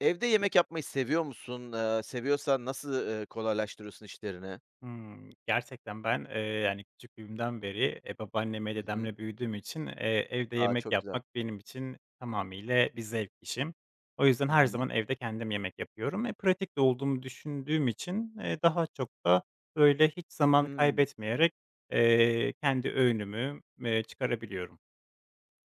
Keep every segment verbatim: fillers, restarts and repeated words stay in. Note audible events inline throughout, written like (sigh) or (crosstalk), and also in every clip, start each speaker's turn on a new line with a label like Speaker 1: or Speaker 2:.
Speaker 1: Evde yemek yapmayı seviyor musun? Eee, seviyorsan nasıl, eee, kolaylaştırıyorsun işlerini?
Speaker 2: Hımm. Gerçekten ben, eee, yani, küçüklüğümden beri, eee, babaannemle,
Speaker 1: Hı hı.
Speaker 2: dedemle büyüdüğüm için, eee, evde
Speaker 1: A,
Speaker 2: yemek
Speaker 1: çok güzel.
Speaker 2: yapmak benim için tamamıyla bir zevk işim. O yüzden
Speaker 1: Hı
Speaker 2: her
Speaker 1: hı.
Speaker 2: zaman evde kendim yemek yapıyorum. E, pratik de olduğumu düşündüğüm için, eee, daha çok da böyle hiç zaman
Speaker 1: Hımm,
Speaker 2: kaybetmeyerek, eee, kendi öğünümü, eee, çıkarabiliyorum.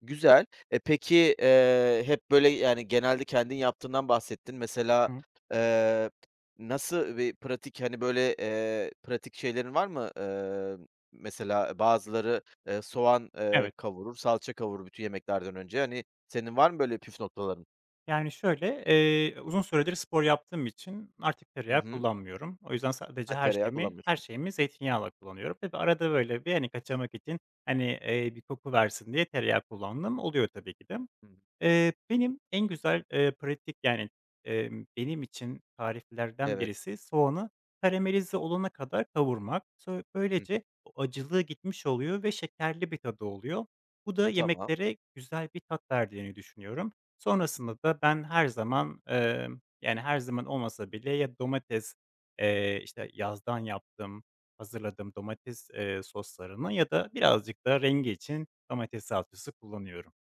Speaker 1: güzel. E, peki, eee, hep böyle, yani, genelde kendin yaptığından bahsettin. Mesela,
Speaker 2: Hı hı.
Speaker 1: eee, nasıl bir pratik, hani, böyle, eee, pratik şeylerin var mı? Eee, mesela bazıları, eee, soğan, eee,
Speaker 2: Evet.
Speaker 1: kavurur, salça kavurur bütün yemeklerden önce. Hani, senin var mı böyle püf noktaların?
Speaker 2: Yani, şöyle, eee, uzun süredir spor yaptığım için artık
Speaker 1: Hı
Speaker 2: tereyağı
Speaker 1: hı.
Speaker 2: kullanmıyorum. O yüzden sadece
Speaker 1: Ha,
Speaker 2: her
Speaker 1: tereyağı
Speaker 2: şeyimi her
Speaker 1: kullanmıyorsun.
Speaker 2: şeyimi zeytinyağıyla kullanıyorum. Tabii arada böyle bir, hani, kaçamak için, hani, eee, bir koku versin diye tereyağı kullandığım oluyor tabii ki de.
Speaker 1: Hı hı.
Speaker 2: Eee, benim en güzel, eee, pratik, yani, emm, benim için tariflerden
Speaker 1: Evet.
Speaker 2: birisi soğanı karamelize olana kadar kavurmak. Sö
Speaker 1: Hı hı.
Speaker 2: böylece o acılığı gitmiş oluyor ve şekerli bir tadı oluyor. Bu da
Speaker 1: Tamam. Hı.
Speaker 2: yemeklere güzel bir tat verdiğini düşünüyorum. Sonrasında da ben her zaman, emm, yani, her zaman olmasa bile ya domates, eee, işte, yazdan yaptığım, hazırladığım domates, eee, soslarını ya da birazcık da rengi için domates salçası kullanıyorum.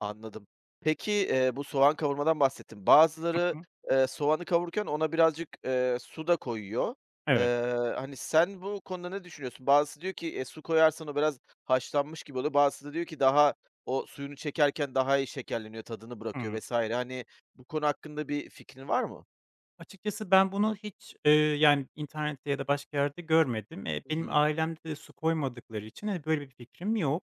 Speaker 1: Anladım. Peki, eee, bu soğan kavurmadan bahsettin.
Speaker 2: (laughs)
Speaker 1: Bazıları,
Speaker 2: Hı hı.
Speaker 1: eee, soğanı kavururken ona birazcık, eee, su da koyuyor.
Speaker 2: Evet.
Speaker 1: Eee, hani, sen bu konuda ne düşünüyorsun? Bazısı diyor ki, "E, su koyarsan o biraz haşlanmış gibi oluyor." Bazısı da diyor ki, "Daha o suyunu çekerken daha iyi şekerleniyor, tadını bırakıyor."
Speaker 2: Hımm.
Speaker 1: vesaire. Hani, bu konu hakkında bir fikrin var mı?
Speaker 2: Açıkçası ben bunu hiç, eee, yani, internette ya da başka yerde görmedim. Eee,
Speaker 1: Hı
Speaker 2: benim
Speaker 1: hı.
Speaker 2: ailemde de su koymadıkları için, hani, böyle bir fikrim yok.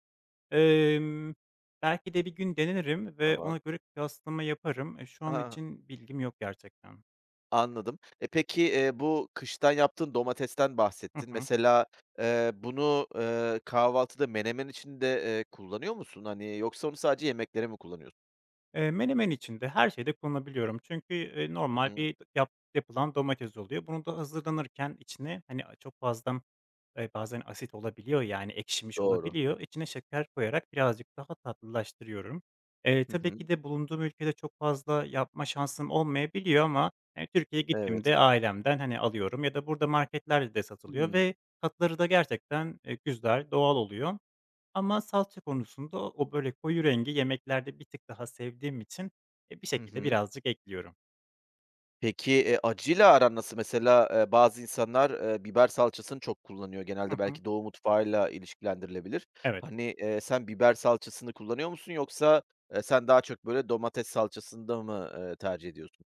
Speaker 2: Emm, Belki de bir gün denerim ve
Speaker 1: Tamam.
Speaker 2: ona göre kıyaslama yaparım. E, şu an
Speaker 1: Ha,
Speaker 2: için bilgim yok gerçekten.
Speaker 1: anladım. E, peki, eee, bu kıştan yaptığın domatesten
Speaker 2: Hı
Speaker 1: bahsettin.
Speaker 2: hı.
Speaker 1: Mesela, eee, bunu, eee, kahvaltıda menemen içinde, eee, kullanıyor musun? Hani, yoksa onu sadece yemeklere mi kullanıyorsun?
Speaker 2: Eee, menemen için de her şeyde kullanabiliyorum. Çünkü, eee,
Speaker 1: Hı
Speaker 2: normal
Speaker 1: hı.
Speaker 2: bir yap yapılan domates oluyor. Bunu da hazırlanırken içine, hani, a çok fazla. Eee, bazen asit olabiliyor, yani ekşimiş
Speaker 1: Doğru.
Speaker 2: olabiliyor. İçine şeker koyarak birazcık daha tatlılaştırıyorum. Eee,
Speaker 1: Hı
Speaker 2: tabii
Speaker 1: hı.
Speaker 2: ki de bulunduğum ülkede çok fazla yapma şansım olmayabiliyor ama, hani, Türkiye'ye
Speaker 1: Evet.
Speaker 2: gittiğimde ailemden, hani, alıyorum ya da burada marketlerde de satılıyor
Speaker 1: Hımm.
Speaker 2: ve tatları da gerçekten, eee, güzel, doğal oluyor. Ama salça konusunda o, o böyle, koyu rengi yemeklerde bir tık daha sevdiğim için, eee, bir
Speaker 1: Hı
Speaker 2: şekilde
Speaker 1: hı.
Speaker 2: birazcık ekliyorum.
Speaker 1: Peki, eee, acıyla aran nasıl? Mesela, eee, bazı insanlar, eee, biber salçasını çok kullanıyor.
Speaker 2: Hı
Speaker 1: Genelde
Speaker 2: hı.
Speaker 1: belki Doğu mutfağıyla ilişkilendirilebilir.
Speaker 2: Evet.
Speaker 1: Hani, eee, sen biber salçasını kullanıyor musun yoksa, eee, sen daha çok böyle domates salçasında mı, eee, tercih ediyorsun?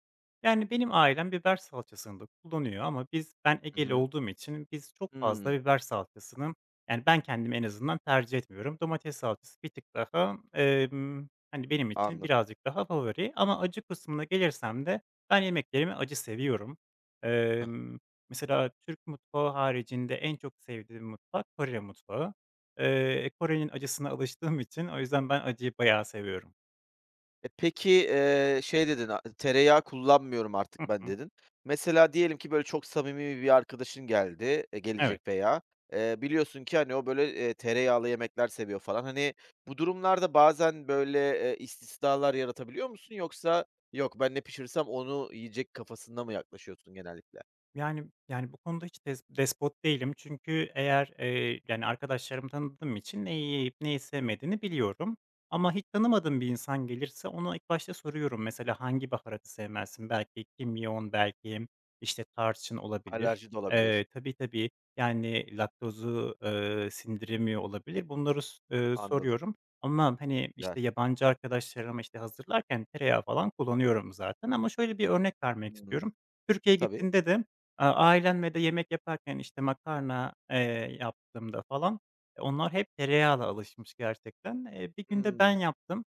Speaker 2: Yani, benim ailem biber salçasını da kullanıyor ama biz ben
Speaker 1: Hı
Speaker 2: Egeli
Speaker 1: hı.
Speaker 2: olduğum için biz çok fazla
Speaker 1: Hımm.
Speaker 2: biber salçasını, yani, ben kendim en azından tercih etmiyorum. Domates salçası bir tık daha, emm, hani, benim için
Speaker 1: Anladım.
Speaker 2: birazcık daha favori ama acı kısmına gelirsem de ben yemeklerimi acı seviyorum. Emm, Mesela Türk mutfağı haricinde en çok sevdiğim mutfak Kore mutfağı. Eee, Kore'nin acısına alıştığım için o yüzden ben acıyı bayağı seviyorum.
Speaker 1: E, peki, eee, şey dedin, a "Tereyağı kullanmıyorum artık
Speaker 2: Hı
Speaker 1: ben."
Speaker 2: hı.
Speaker 1: dedin. Mesela diyelim ki böyle çok samimi bir arkadaşın geldi, eee, gelecek
Speaker 2: Evet.
Speaker 1: veya, eee, biliyorsun ki, hani, o böyle, eee, tereyağlı yemekler seviyor falan. Hani, bu durumlarda bazen böyle, eee, istisnalar yaratabiliyor musun yoksa "Yok, ben ne pişirsem onu yiyecek." kafasında mı yaklaşıyorsun genellikle?
Speaker 2: Yani yani, bu konuda hiç des despot değilim. Çünkü eğer, eee, yani, arkadaşlarımı tanıdığım için neyi yiyip neyi sevmediğini biliyorum. Ama hiç tanımadığım bir insan gelirse ona ilk başta soruyorum. Mesela, "Hangi baharatı sevmezsin?" Belki kimyon, belki, işte, tarçın olabilir.
Speaker 1: Alerji de olabilir.
Speaker 2: Eee, tabii, tabii, yani, laktozu, eee, sindiremiyor olabilir. Bunları s eee,
Speaker 1: Anladım,
Speaker 2: soruyorum ama, hani,
Speaker 1: güzel.
Speaker 2: işte, yabancı arkadaşlarıma, işte, hazırlarken tereyağı falan kullanıyorum zaten ama şöyle bir örnek vermek
Speaker 1: Hımm.
Speaker 2: istiyorum. Türkiye'ye
Speaker 1: Tabii.
Speaker 2: gittiğimde de Aaa, ailemle de yemek yaparken, işte, makarna, eee, yaptığımda falan, eee, onlar hep tereyağla alışmış gerçekten. Eee, bir gün de ben
Speaker 1: Hımm.
Speaker 2: yaptım.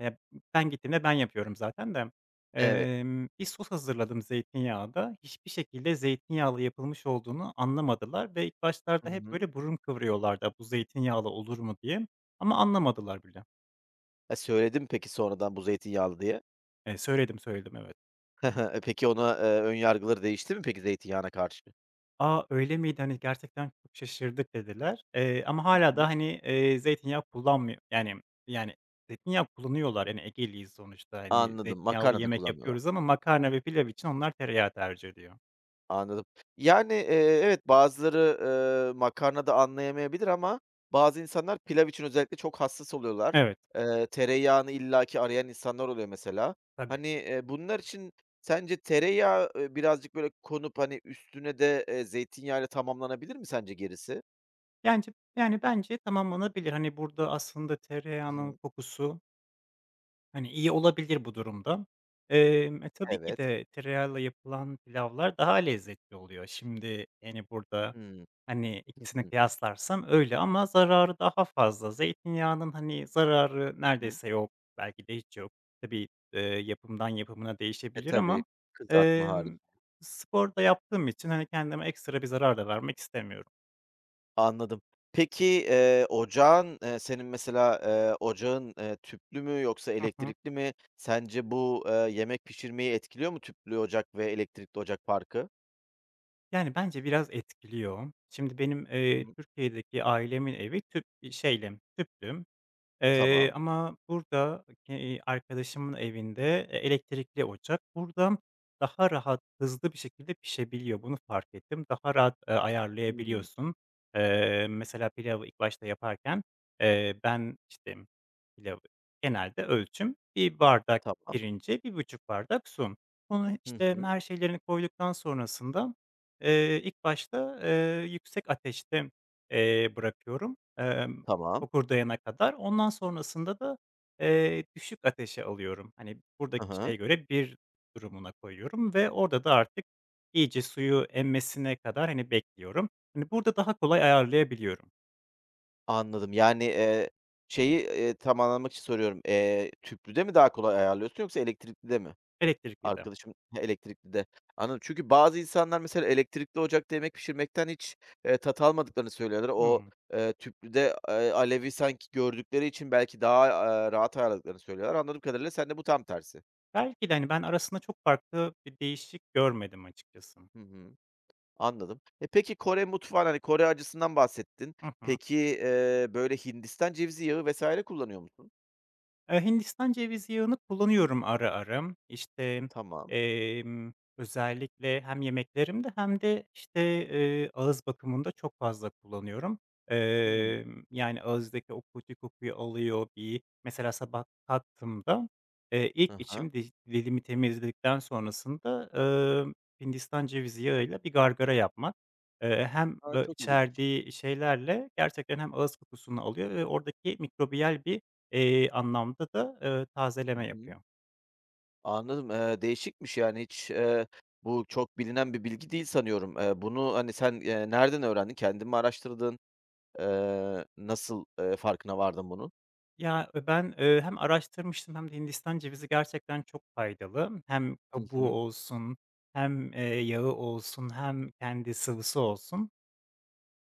Speaker 2: Eee, Ben gittiğimde ben yapıyorum zaten de.
Speaker 1: Evet.
Speaker 2: Emm, bir sos hazırladım zeytinyağında. Hiçbir şekilde zeytinyağlı yapılmış olduğunu anlamadılar ve ilk
Speaker 1: Hı
Speaker 2: başlarda hep
Speaker 1: hı.
Speaker 2: böyle burun kıvırıyorlardı, "Bu zeytinyağlı olur mu?" diye ama anlamadılar bile.
Speaker 1: E, söyledin peki sonradan bu zeytinyağlı diye?
Speaker 2: Eee, söyledim, söyledim, evet.
Speaker 1: (laughs) E, peki ona, eee, ön yargıları değişti mi peki zeytinyağına karşı?
Speaker 2: A, öyle miydi? Hani, gerçekten çok şaşırdık dediler. Eee, ama
Speaker 1: Hı
Speaker 2: hâlâ da,
Speaker 1: hı.
Speaker 2: hani, eee, zeytinyağı kullanmıyor, yani yani zeytinyağı kullanıyorlar. Yani Egeliyiz sonuçta. Hani,
Speaker 1: Anladım,
Speaker 2: zeytinyağlı
Speaker 1: makarna da
Speaker 2: yemek
Speaker 1: kullanmıyorlar.
Speaker 2: yapıyoruz ama makarna ve pilav için onlar tereyağı tercih ediyor.
Speaker 1: Anladım. Yani, eee, evet bazıları, e, makarna da anlayamayabilir ama bazı insanlar pilav için özellikle çok hassas oluyorlar.
Speaker 2: Evet,
Speaker 1: Eee, tereyağını illaki arayan insanlar oluyor mesela.
Speaker 2: tabii.
Speaker 1: Hani, eee, bunlar için sence tereyağı, eee, birazcık böyle konup, hani, üstüne de, eee, zeytinyağıyla tamamlanabilir mi sence gerisi?
Speaker 2: Yence yani bence tamamlanabilir. Hani, burada aslında
Speaker 1: Hı
Speaker 2: tereyağının
Speaker 1: hı.
Speaker 2: kokusu, hani, iyi olabilir bu durumda. Emm, e, tabii ki
Speaker 1: Evet.
Speaker 2: de tereyağıyla yapılan pilavlar daha lezzetli oluyor. Şimdi, yani, burada
Speaker 1: Hımm.
Speaker 2: hani,
Speaker 1: Hı
Speaker 2: ikisini
Speaker 1: hı.
Speaker 2: kıyaslarsam öyle ama zararı daha fazla. Zeytinyağının, hani, zararı
Speaker 1: Hı hı.
Speaker 2: neredeyse yok, belki de hiç yok. Tabii, eee, yapımdan yapımına
Speaker 1: E,
Speaker 2: değişebilir
Speaker 1: tabii
Speaker 2: ama,
Speaker 1: kızartma hariç.
Speaker 2: emm, spor yaptığım için, hani, kendime ekstra bir zarar da vermek istemiyorum.
Speaker 1: Anladım. Peki, eee, ocağın, eee, senin mesela, eee, ocağın, eee, tüplü mü yoksa
Speaker 2: Hı hı.
Speaker 1: elektrikli mi? Sence bu, eee, yemek pişirmeyi etkiliyor mu tüplü ocak ve elektrikli ocak farkı?
Speaker 2: Yani, bence biraz etkiliyor. Şimdi benim,
Speaker 1: Hı.
Speaker 2: eee, Türkiye'deki ailemin evi tüp, iii, şeyli, tüplü. Eee,
Speaker 1: Tamam.
Speaker 2: ama burada, eee, arkadaşımın evinde, eee, elektrikli ocak. Burada daha rahat, hızlı bir şekilde pişebiliyor. Bunu fark ettim. Daha rahat, eee,
Speaker 1: Hımm.
Speaker 2: ayarlayabiliyorsun. Eee, mesela pilavı ilk başta yaparken, eee, ben, işte, pilavı genelde ölçüm, bir bardak
Speaker 1: Tamam.
Speaker 2: pirince bir buçuk bardak su. Onu,
Speaker 1: Hı
Speaker 2: işte,
Speaker 1: hı.
Speaker 2: her şeylerini koyduktan sonrasında, eee, ilk başta, eee, yüksek ateşte, eee, bırakıyorum. Emm
Speaker 1: Tamam.
Speaker 2: Fokurdayana kadar. Ondan sonrasında da, eee, düşük ateşe alıyorum. Hani,
Speaker 1: Hı
Speaker 2: buradaki
Speaker 1: hı.
Speaker 2: şeye göre bir durumuna koyuyorum ve orada da artık iyice suyu emmesine kadar, hani, bekliyorum. Hani, burada daha kolay ayarlayabiliyorum.
Speaker 1: Anladım. Yani, eee, şeyi, eee, tam anlamak için soruyorum. Eee, tüplüde mi daha kolay ayarlıyorsun yoksa elektrikli de mi?
Speaker 2: Elektrikli de.
Speaker 1: Arkadaşım, he, elektrikli de. Anladım. Çünkü bazı insanlar mesela elektrikli ocakta yemek pişirmekten hiç, eee, tat almadıklarını söylüyorlar. O,
Speaker 2: Hımm.
Speaker 1: eee, tüplüde, eee, alevi sanki gördükleri için belki daha, eee, rahat ayarladıklarını söylüyorlar. Anladığım kadarıyla sende bu tam tersi.
Speaker 2: Belki de, hani, ben arasında çok farklı bir değişik görmedim açıkçası.
Speaker 1: Hı hı, anladım. E, peki Kore mutfağın, hani, Kore acısından bahsettin.
Speaker 2: Hı hı.
Speaker 1: Peki, eee, böyle Hindistan cevizi yağı vesaire kullanıyor musun?
Speaker 2: Eee, Hindistan cevizi yağını kullanıyorum ara ara. İşte,
Speaker 1: Tamam.
Speaker 2: emm, özellikle hem yemeklerimde hem de, işte, eee, ağız bakımında çok fazla kullanıyorum.
Speaker 1: Hımm.
Speaker 2: Emm, yani ağızdaki o kötü kokuyu alıyor. bir Mesela sabah kalktığımda, eee, ilk
Speaker 1: Hı hı.
Speaker 2: içim di dilimi temizledikten sonrasında, emm, Hindistan cevizi yağıyla bir gargara yapmak, eee, hem
Speaker 1: A,
Speaker 2: bö
Speaker 1: çok ilginç.
Speaker 2: içerdiği şeylerle gerçekten hem ağız kokusunu alıyor ve oradaki mikrobiyal bir Eee, anlamda da, eee,
Speaker 1: Hı
Speaker 2: tazeleme
Speaker 1: hı.
Speaker 2: yapıyor.
Speaker 1: Anladım. Eee, değişikmiş, yani, hiç, eee, bu çok bilinen bir bilgi değil sanıyorum. Eee, bunu, hani, sen, eee, nereden öğrendin? Kendin mi araştırdın? Eee, nasıl, eee, farkına vardın bunun?
Speaker 2: Ya, eee, ben, eee, hem araştırmıştım hem de Hindistan cevizi gerçekten çok faydalı. Hem
Speaker 1: Hı
Speaker 2: kabuğu
Speaker 1: hı.
Speaker 2: olsun hem, eee, yağı olsun hem kendi sıvısı olsun.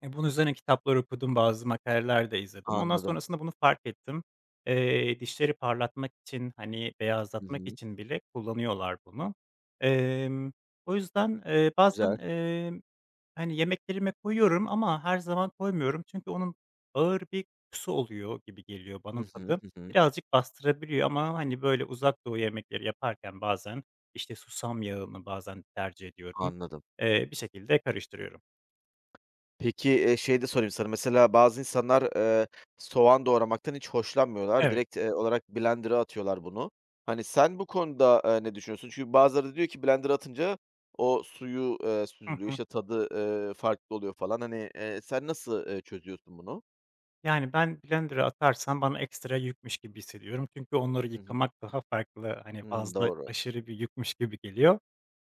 Speaker 2: E, bunun üzerine kitaplar okudum, bazı makaleler de izledim. Ondan
Speaker 1: Anladım.
Speaker 2: sonrasında bunu fark ettim. Eee, dişleri parlatmak için, hani,
Speaker 1: Hı
Speaker 2: beyazlatmak
Speaker 1: hı.
Speaker 2: için bile kullanıyorlar bunu. Emm, O yüzden, eee, bazen,
Speaker 1: Güzel.
Speaker 2: emm, hani, yemeklerime koyuyorum ama her zaman koymuyorum. Çünkü onun ağır bir kokusu oluyor gibi geliyor
Speaker 1: Hı
Speaker 2: bana
Speaker 1: hı.
Speaker 2: tadı.
Speaker 1: Hı hı.
Speaker 2: Birazcık bastırabiliyor ama, hani, böyle Uzak Doğu yemekleri yaparken bazen, işte, susam yağını bazen tercih ediyorum.
Speaker 1: Anladım.
Speaker 2: Eee, bir şekilde karıştırıyorum.
Speaker 1: Peki, eee, şeyi de sorayım sana, mesela bazı insanlar, eee, soğan doğramaktan hiç hoşlanmıyorlar.
Speaker 2: Evet.
Speaker 1: Direkt, eee, olarak blender'a atıyorlar bunu. Hani, sen bu konuda, eee, ne düşünüyorsun? Çünkü bazıları da diyor ki blender'a atınca o suyu, eee,
Speaker 2: Hı
Speaker 1: süzülüyor,
Speaker 2: hı.
Speaker 1: işte, tadı, eee, farklı oluyor falan. Hani, eee, sen nasıl, eee, çözüyorsun bunu?
Speaker 2: Yani, ben blender'a atarsam bana ekstra yükmüş gibi hissediyorum. Çünkü onları
Speaker 1: Hı hı.
Speaker 2: yıkamak daha farklı, hani,
Speaker 1: Hımm,
Speaker 2: fazla
Speaker 1: doğru.
Speaker 2: aşırı bir yükmüş gibi geliyor.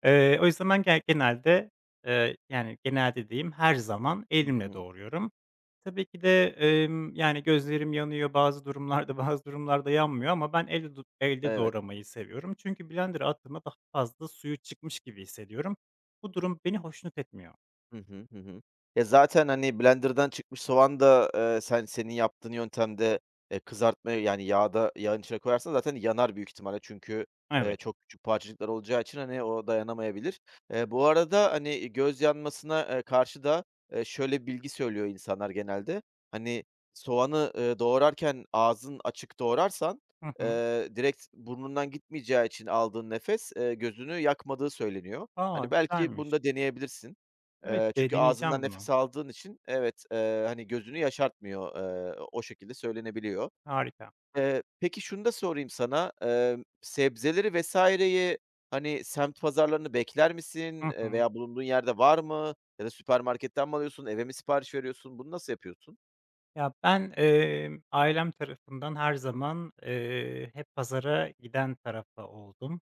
Speaker 2: Eee, o yüzden ben ge genelde, eee, yani, genelde diyeyim, her zaman
Speaker 1: Hı
Speaker 2: elimle
Speaker 1: hı.
Speaker 2: doğruyorum. Tabii ki de, emm, yani, gözlerim yanıyor bazı durumlarda, (laughs) bazı durumlarda yanmıyor ama ben elde do elde
Speaker 1: Evet.
Speaker 2: doğramayı seviyorum. Çünkü blender'a attığımda daha fazla suyu çıkmış gibi hissediyorum. Bu durum beni hoşnut etmiyor.
Speaker 1: Hı hı. Hı hı. Ya, zaten, hani, blenderdan çıkmış soğan da, eee, sen senin yaptığın yöntemde, eee, kızartmaya, yani, yağda yağın içine koyarsan zaten yanar büyük ihtimalle. Çünkü, eee,
Speaker 2: Evet.
Speaker 1: çok küçük parçacıklar olacağı için, hani, o dayanamayabilir. Eee, bu arada, hani, göz yanmasına, eee, karşı da, eee, şöyle bir bilgi söylüyor insanlar genelde. Hani, soğanı, eee, doğrarken ağzın açık doğrarsan,
Speaker 2: Hı hı.
Speaker 1: eee, direkt burnundan gitmeyeceği için aldığın nefes, eee, gözünü yakmadığı söyleniyor.
Speaker 2: A,
Speaker 1: Hani, belki bunu
Speaker 2: güzelmiş.
Speaker 1: da deneyebilirsin.
Speaker 2: Evet,
Speaker 1: Eee,
Speaker 2: eee,
Speaker 1: çünkü ağzından
Speaker 2: deneyeceğim bunu.
Speaker 1: nefes aldığın için evet, eee, hani, gözünü yaşartmıyor, eee, o şekilde söylenebiliyor.
Speaker 2: Harika.
Speaker 1: Eee, peki şunu da sorayım sana, emm, sebzeleri vesaireyi hani, semt pazarlarını bekler
Speaker 2: Hı
Speaker 1: misin, eee,
Speaker 2: hı.
Speaker 1: veya bulunduğun yerde var mı ya da süpermarketten mi alıyorsun, eve mi sipariş veriyorsun? Bunu nasıl yapıyorsun?
Speaker 2: Ya, ben, emm, ailem tarafından her zaman, eee, hep pazara giden tarafta oldum.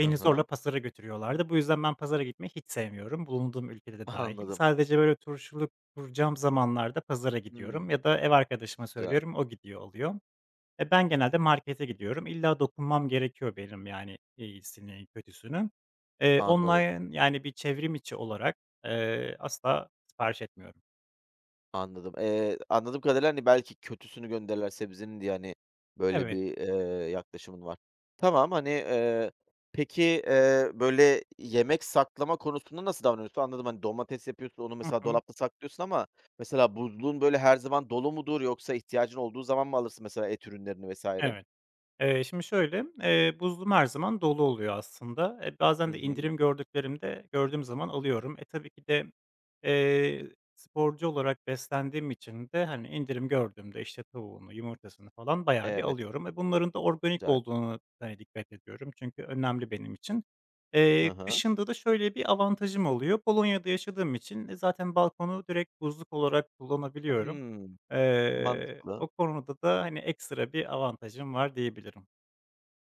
Speaker 1: Hı
Speaker 2: zorla
Speaker 1: hı.
Speaker 2: pazara götürüyorlardı. Bu yüzden ben pazara gitmeyi hiç sevmiyorum, bulunduğum ülkede de
Speaker 1: (laughs)
Speaker 2: dâhil.
Speaker 1: Anladım.
Speaker 2: Sadece böyle turşuluk kuracağım zamanlarda pazara gidiyorum
Speaker 1: Hımm,
Speaker 2: ya da ev arkadaşıma
Speaker 1: güzel.
Speaker 2: söylüyorum, o gidiyor oluyor. E, ben genelde markete gidiyorum. İlla dokunmam gerekiyor benim, yani, iyisini, kötüsünü. Eee,
Speaker 1: Anladım.
Speaker 2: online, yani, bir çevrim içi olarak, eee, asla sipariş etmiyorum.
Speaker 1: Anladım. Eee, anladığım kadarıyla, hani, belki kötüsünü gönderirler sebzenin diye, hani, böyle
Speaker 2: Evet.
Speaker 1: bir, eee, yaklaşımın var. Tamam, hani, eee, peki, eee, böyle, yemek saklama konusunda nasıl davranıyorsun? Anladım, hani, domates yapıyorsun, onu mesela
Speaker 2: (laughs)
Speaker 1: dolapta saklıyorsun ama mesela buzluğun, böyle, her zaman dolu mudur yoksa ihtiyacın olduğu zaman mı alırsın mesela et ürünlerini vesaire.
Speaker 2: Evet. Eee, şimdi şöyle, eee, buzluğum her zaman dolu oluyor aslında. E,
Speaker 1: Hı
Speaker 2: bazen de
Speaker 1: hı.
Speaker 2: indirim gördüklerimde gördüğüm zaman alıyorum. E, tabii ki de, eee, sporcu olarak beslendiğim için de, hani, indirim gördüğümde, işte, tavuğunu, yumurtasını falan bayağı bir
Speaker 1: Evet,
Speaker 2: alıyorum. E, bunların da organik
Speaker 1: güzel.
Speaker 2: olduğunu hani, dikkat ediyorum çünkü önemli benim için.
Speaker 1: Hı
Speaker 2: Eee,
Speaker 1: hı.
Speaker 2: kışında da şöyle bir avantajım oluyor. Polonya'da yaşadığım için, e, zaten balkonu direkt buzluk olarak kullanabiliyorum.
Speaker 1: Hımm,
Speaker 2: Eee,
Speaker 1: mantıklı.
Speaker 2: o konuda da, hani, ekstra bir avantajım var diyebilirim.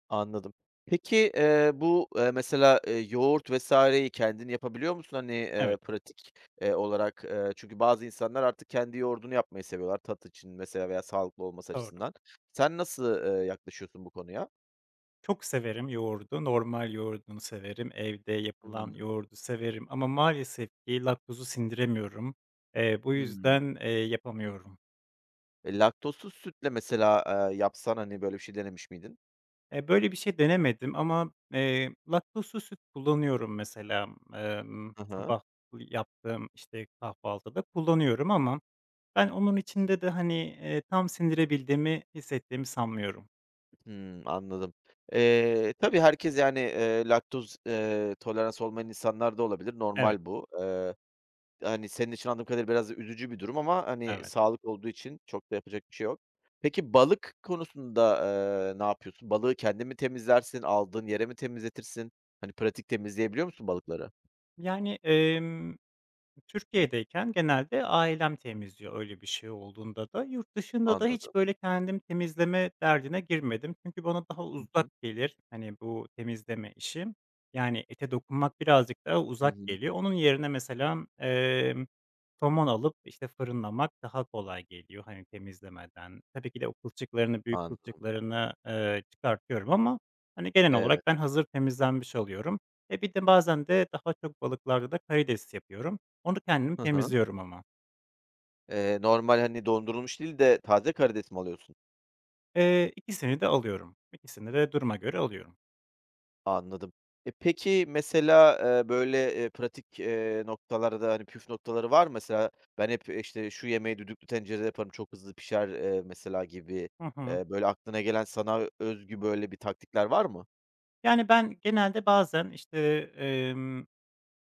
Speaker 1: Anladım. Peki, eee, bu, eee, mesela, eee, yoğurt vesaireyi kendin yapabiliyor musun? Hani, eee,
Speaker 2: Evet,
Speaker 1: pratik, eee, olarak, eee, çünkü bazı insanlar artık kendi yoğurdunu yapmayı seviyorlar tat için mesela veya sağlıklı olması
Speaker 2: doğru.
Speaker 1: açısından. Sen nasıl, eee, yaklaşıyorsun bu konuya?
Speaker 2: Çok severim yoğurdu, normal yoğurdunu severim, evde
Speaker 1: Hı
Speaker 2: yapılan
Speaker 1: hı.
Speaker 2: yoğurdu severim ama maalesef ki laktozu sindiremiyorum. Eee, bu
Speaker 1: Hımm.
Speaker 2: yüzden, eee, yapamıyorum.
Speaker 1: E, laktozsuz sütle mesela, eee, yapsan, hani, böyle bir şey denemiş miydin?
Speaker 2: Eee, böyle bir şey denemedim ama, eee, laktozsuz süt kullanıyorum mesela, emm,
Speaker 1: Hı hı.
Speaker 2: sabah yaptığım, işte, kahvaltıda kullanıyorum ama ben onun içinde de, hani, eee, tam sindirebildiğimi, hissettiğimi sanmıyorum.
Speaker 1: Hımm, anladım. Eee, tabii herkes yani, eee, laktoz, eee, tolerans olmayan insanlar da olabilir.
Speaker 2: Evet,
Speaker 1: Normal bu. Hani, senin için anladığım kadarıyla biraz da üzücü bir durum ama, hani,
Speaker 2: evet.
Speaker 1: sağlık olduğu için çok da yapacak bir şey yok. Peki balık konusunda, eee, ne yapıyorsun? Balığı kendin mi temizlersin? Aldığın yere mi temizletirsin? Hani, pratik temizleyebiliyor musun balıkları?
Speaker 2: Yani, emm, Türkiye'deyken genelde ailem temizliyor öyle bir şey olduğunda da. Yurt dışında da
Speaker 1: Anladım.
Speaker 2: hiç böyle kendim temizleme derdine girmedim. Çünkü bana daha
Speaker 1: Hı
Speaker 2: uzak
Speaker 1: hı.
Speaker 2: gelir, hani, bu temizleme işi. Yani, ete dokunmak birazcık daha
Speaker 1: Hı
Speaker 2: uzak
Speaker 1: hı.
Speaker 2: geliyor. Onun yerine mesela, somon alıp, işte, fırınlamak daha kolay geliyor, hani, temizlemeden. Tabii ki de o kılçıklarını, büyük
Speaker 1: Anladım.
Speaker 2: kılçıklarını, eee, çıkartıyorum ama, hani, genel olarak
Speaker 1: Evet.
Speaker 2: ben hazır temizlenmiş alıyorum. E, bir de bazen de daha çok balıklarda da karides yapıyorum. Onu kendim
Speaker 1: Hı hı.
Speaker 2: temizliyorum ama.
Speaker 1: Eee, normal, hani, dondurulmuş değil de taze karides mi alıyorsun?
Speaker 2: Eee, ikisini de alıyorum. İkisini de duruma göre alıyorum.
Speaker 1: Anladım. E, peki mesela, eee, böyle, eee, pratik, eee, noktalarda, hani, püf noktaları var mı? Mesela ben hep, işte, şu yemeği düdüklü tencerede yaparım, çok hızlı pişer, eee, mesela gibi,
Speaker 2: Hı hı.
Speaker 1: eee, böyle aklına gelen sana özgü böyle bir taktikler var mı?
Speaker 2: Yani, ben genelde bazen, işte,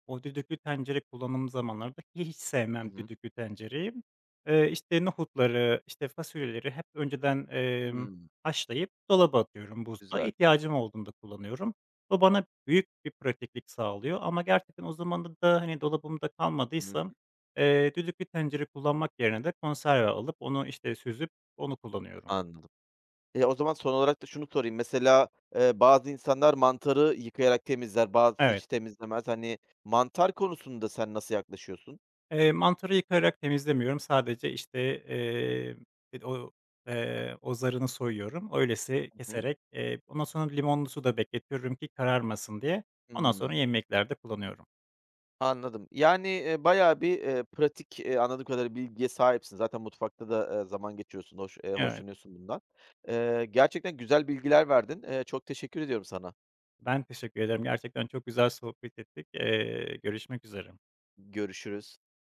Speaker 2: o düdüklü tencere kullanım zamanları ki hiç
Speaker 1: Hı
Speaker 2: sevmem
Speaker 1: hı.
Speaker 2: düdüklü tencereyi. Eee, işte, nohutları, işte, fasulyeleri hep önceden, emm,
Speaker 1: Hımm,
Speaker 2: haşlayıp dolaba atıyorum buzluğa.
Speaker 1: güzel.
Speaker 2: İhtiyacım olduğunda kullanıyorum. Bu bana büyük bir pratiklik sağlıyor ama gerçekten o zamanda da, hani, dolabımda
Speaker 1: Hı.
Speaker 2: kalmadıysa, eee, düdüklü tencere kullanmak yerine de konserve alıp onu, işte, süzüp onu kullanıyorum.
Speaker 1: Anladım. E, o zaman son olarak da şunu sorayım. Mesela, eee, bazı insanlar mantarı yıkayarak temizler, bazısı
Speaker 2: Evet.
Speaker 1: hiç temizlemez. Hani, mantar konusunda sen nasıl yaklaşıyorsun?
Speaker 2: Eee, mantarı yıkayarak temizlemiyorum. Sadece, işte, eee, ed o, eee, o zarını soyuyorum. Öylesi
Speaker 1: Hı hı.
Speaker 2: keserek, eee, ondan sonra limonlu suda bekletiyorum ki kararmasın diye. Ondan sonra
Speaker 1: Hımm.
Speaker 2: yemeklerde kullanıyorum.
Speaker 1: Anladım. Yani, eee, bayağı bir, eee, pratik, eee, anladığım kadarıyla bilgiye sahipsin. Zaten mutfakta da, eee, zaman geçiriyorsun, hoş eee,
Speaker 2: Evet,
Speaker 1: hoşlanıyorsun bundan. Eee, gerçekten güzel bilgiler verdin. Eee, çok teşekkür ediyorum sana.
Speaker 2: ben teşekkür ederim. Gerçekten çok güzel sohbet ettik. Eee, görüşmek üzere.
Speaker 1: Görüşürüz.